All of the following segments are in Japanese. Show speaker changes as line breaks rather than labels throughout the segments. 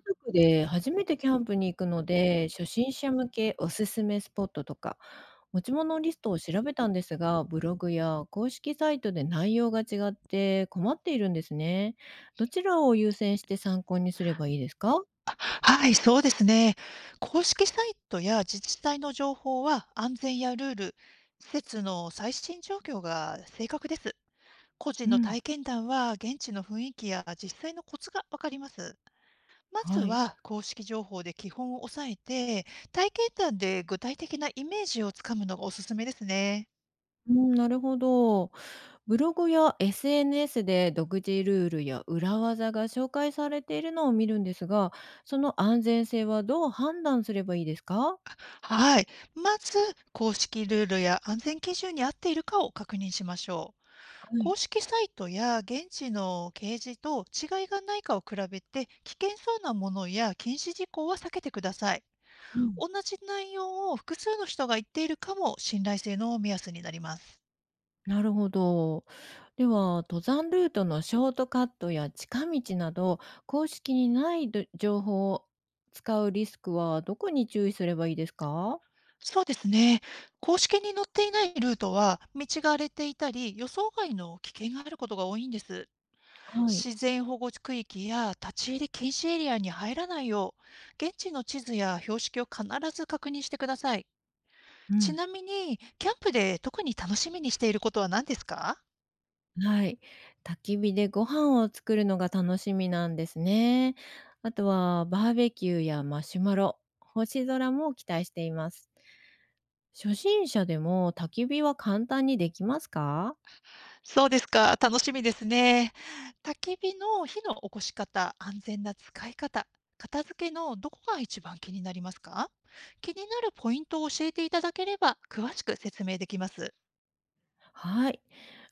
家族で初めてキャンプに行くので、初心者向けおすすめスポットとか、持ち物リストを調べたんですが、ブログや公式サイトで内容が違って困っているんですね。どちらを優先して参考にすればいいですか？
はい、そうですね。公式サイトや自治体の情報は安全やルール、施設の最新状況が正確です。個人
う
の
ん、
体験談は現地の雰囲気や実際のコツがわかります。まず
はい。
は公式情報で基本を押さえて、体験談で具体的なイメージをつかむのがおすすめですね。
うん、なるほど。ブログや SNS で独自ルールや裏技が紹介されているのを見るんですが、その安全性はどう判断すればいいですか？
はい。まず、公式ルールや安全基準に合っているかを確認しましょう。
は
公
い。
式サイトや現地の掲示と違いがないかを比べて、危険そうなものや禁止事項は避けてください。同じ内容を複数の人が言っているかも信頼性の目安になります。
なるほど。では、登山ルートのショートカットや近道など、公式にないど情報を使うリスクはどこに注意すればいいですか？
そうですね。公式に載っていないルートは、道が荒れていたり、予想外の危険があることが多いんです。
はい。
自然保護区域や立ち入り禁止エリアに入らないよう、現地の地図や標識を必ず確認してください。
う
ち
ん。
なみに、キャンプで特に楽しみにしていることは何ですか？
はい。焚き火でご飯を作るのが楽しみなんですね。あとは、バーベキューやマシュマロ、星空も期待しています。初心者でも焚き火は簡単にできますか？
そうですか、楽しみですね。焚き火の火の起こし方、安全な使い方、片付けのどこが一番気になりますか？気になるポイントを教えていただければ、詳しく説明できます。
はい。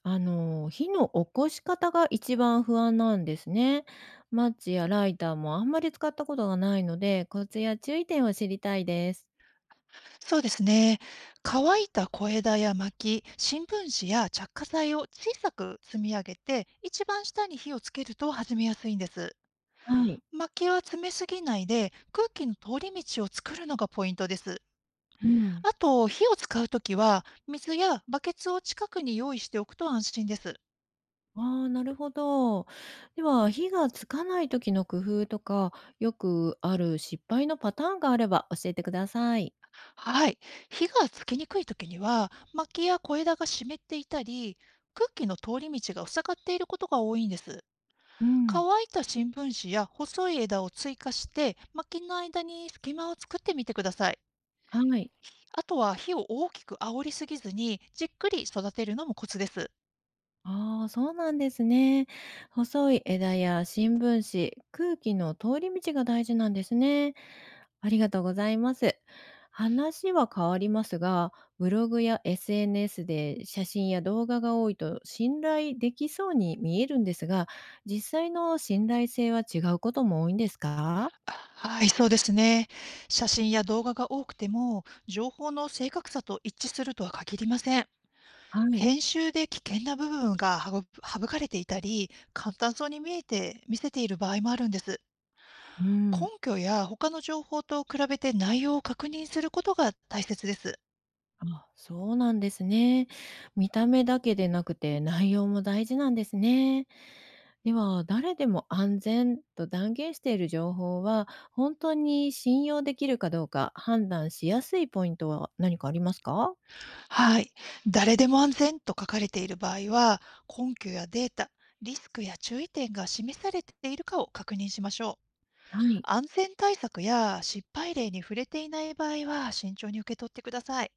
火の起こし方が一番不安なんですね。マッチやライターもあんまり使ったことがないので、コツや注意点を知りたいです。
そうですね。乾いた小枝や薪、新聞紙や着火剤を小さく積み上げて、一番下に火をつけると始めやすいんです。
はい。
薪は詰めすぎないで、空気の通り道を作るのがポイントです。
うん。
あと、火を使うときは水やバケツを近くに用意しておくと安心です。
ああ、なるほど。では、火がつかない時の工夫とか、よくある失敗のパターンがあれば教えてください。
はい。火がつきにくいときには、薪や小枝が湿っていたり、空気の通り道が塞がっていることが多いんです。
うん。
乾いた新聞紙や細い枝を追加して、薪の間に隙間を作ってみてください。
はい。
あとは、火を大きく煽りすぎずに、じっくり育てるのもコツです。
ああ、そうなんですね。細い枝や新聞紙、空気の通り道が大事なんですね。ありがとうございます。話は変わりますが、ブログや SNS で写真や動画が多いと信頼できそうに見えるんですが、実際の信頼性は違うことも多いんですか？
はい、そうですね。写真や動画が多くても、情報の正確さと一致するとは限りません。
はい。
編集で危険な部分がは省かれていたり、簡単そうに見えて、見せている場合もあるんです。
う
根
ん。
拠や他の情報と比べて内容を確認することが大切です。
あ、そうなんですね。見た目だけでなくて内容も大事なんですね。では、誰でも安全と断言している情報は、本当に信用できるかどうか判断しやすいポイントは何かありますか？
はい。誰でも安全と書かれている場合は、根拠やデータ、リスクや注意点が示されているかを確認しましょう。
はい。
安全対策や失敗例に触れていない場合は、慎重に受け取ってください。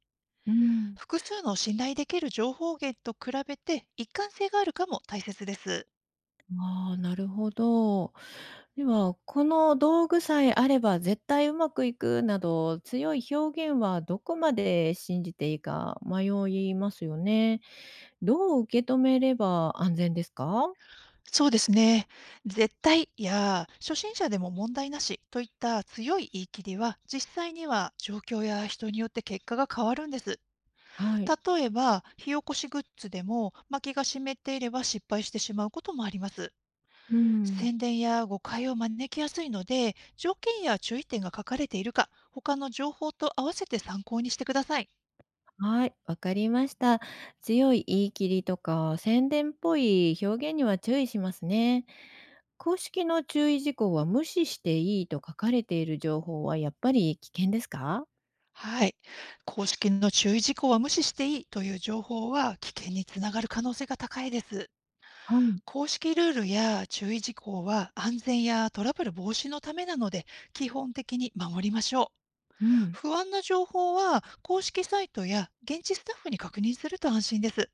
うん。
複数の信頼できる情報源と比べて一貫性があるかも大切です。
ああ、なるほど。では、この道具さえあれば絶対うまくいくなど、強い表現はどこまで信じていいか迷いますよね。どう受け止めれば安全ですか？
そうですね。絶対や初心者でも問題なしといった強い言い切りは、実際には状況や人によって結果が変わるんです。
はい。
例えば、火起こしグッズでも薪が湿っていれば失敗してしまうこともあります。
うん。
宣伝や誤解を招きやすいので、条件や注意点が書かれているか、他の情報と合わせて参考にしてください。
はい、わかりました。強い言い切りとか宣伝っぽい表現には注意しますね。公式の注意事項は無視していいと書かれている情報はやっぱり危険ですか？
はい。公式の注意事項は無視していいという情報は、危険につながる可能性が高いです。
はい。
公式ルールや注意事項は安全やトラブル防止のためなので、基本的に守りましょう。
うん。
不安な情報は公式サイトや現地スタッフに確認すると安心です。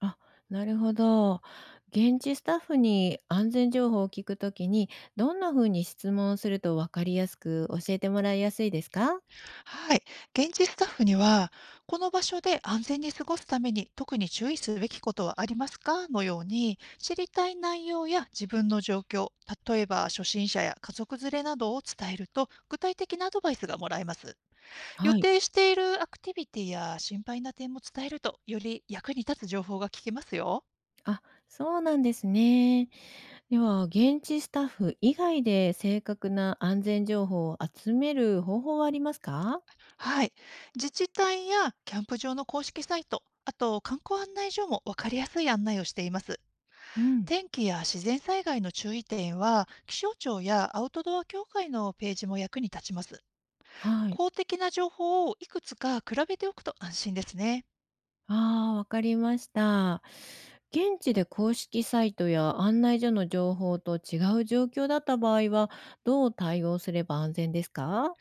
あ、なるほど。現地スタッフに安全情報を聞くときにどんな風に質問するとわかりやすく教えてもらいやすいですか？
はい。現地スタッフには、この場所で安全に過ごすために特に注意すべきことはありますかのように、知りたい内容や自分の状況、例えば初心者や家族連れなどを伝えると、具体的なアドバイスがもらえます。予
はい。
定しているアクティビティや心配な点も伝えると、より役に立つ情報が聞けますよ。
あ、そうなんですね。では、現地スタッフ以外で正確な安全情報を集める方法はありますか？
はい。自治体やキャンプ場の公式サイト、あと観光案内所も分かりやすい案内をしています。
うん、
天気や自然災害の注意点は、気象庁やアウトドア協会のページも役に立ちます。
はい。
公的な情報をいくつか比べておくと安心ですね。
ああ、わかりました。現地で公式サイトや案内所の情報と違う状況だった場合は、どう対応すれば安全ですか？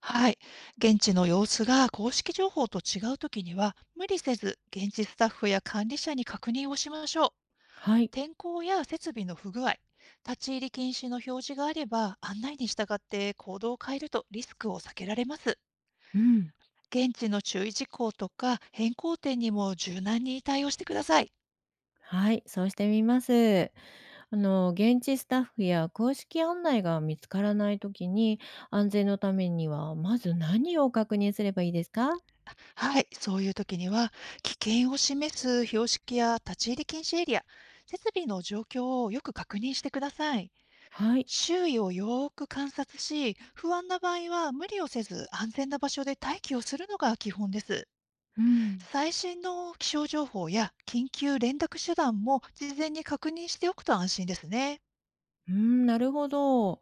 はい。現地の様子が公式情報と違うときには、無理せず現地スタッフや管理者に確認をしましょう。
はい。
天候や設備の不具合、立ち入り禁止の表示があれば、案内に従って行動を変えるとリスクを避けられます。
うん、
現地の注意事項とか変更点にも柔軟に対応してください。
はい、そうしてみます。現地スタッフや公式案内が見つからないときに、安全のためには、まず何を確認すればいいですか？
はい、そういう時には、危険を示す標識や立ち入り禁止エリア、設備の状況をよく確認してください。
はい。
周囲をよーく観察し、不安な場合は無理をせず、安全な場所で待機をするのが基本です。
うん。
最新の気象情報や緊急連絡手段も事前に確認しておくと安心ですね。
うん、なるほど。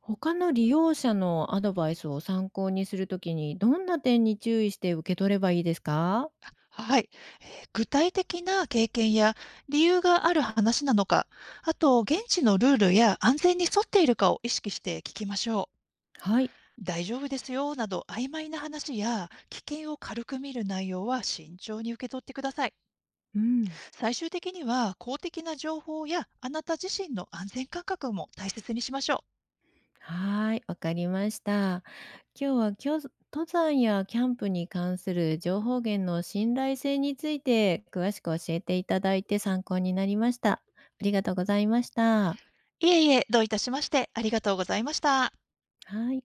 他の利用者のアドバイスを参考にするときに、どんな点に注意して受け取ればいいですか？
はい。具体的な経験や理由がある話なのか、あと現地のルールや安全に沿っているかを意識して聞きましょう。
はい。
大丈夫ですよなど曖昧な話や危険を軽く見る内容は、慎重に受け取ってください。
うん。
最終的には公的な情報やあなた自身の安全感覚も大切にしましょ
はーい、わかりました。今日は、登山やキャンプに関する情報源の信頼性について詳しく教えていただいて参考になりました。ありがとうございました。
う。いえいえ、どういたしまして。ありがとうございました。
はい。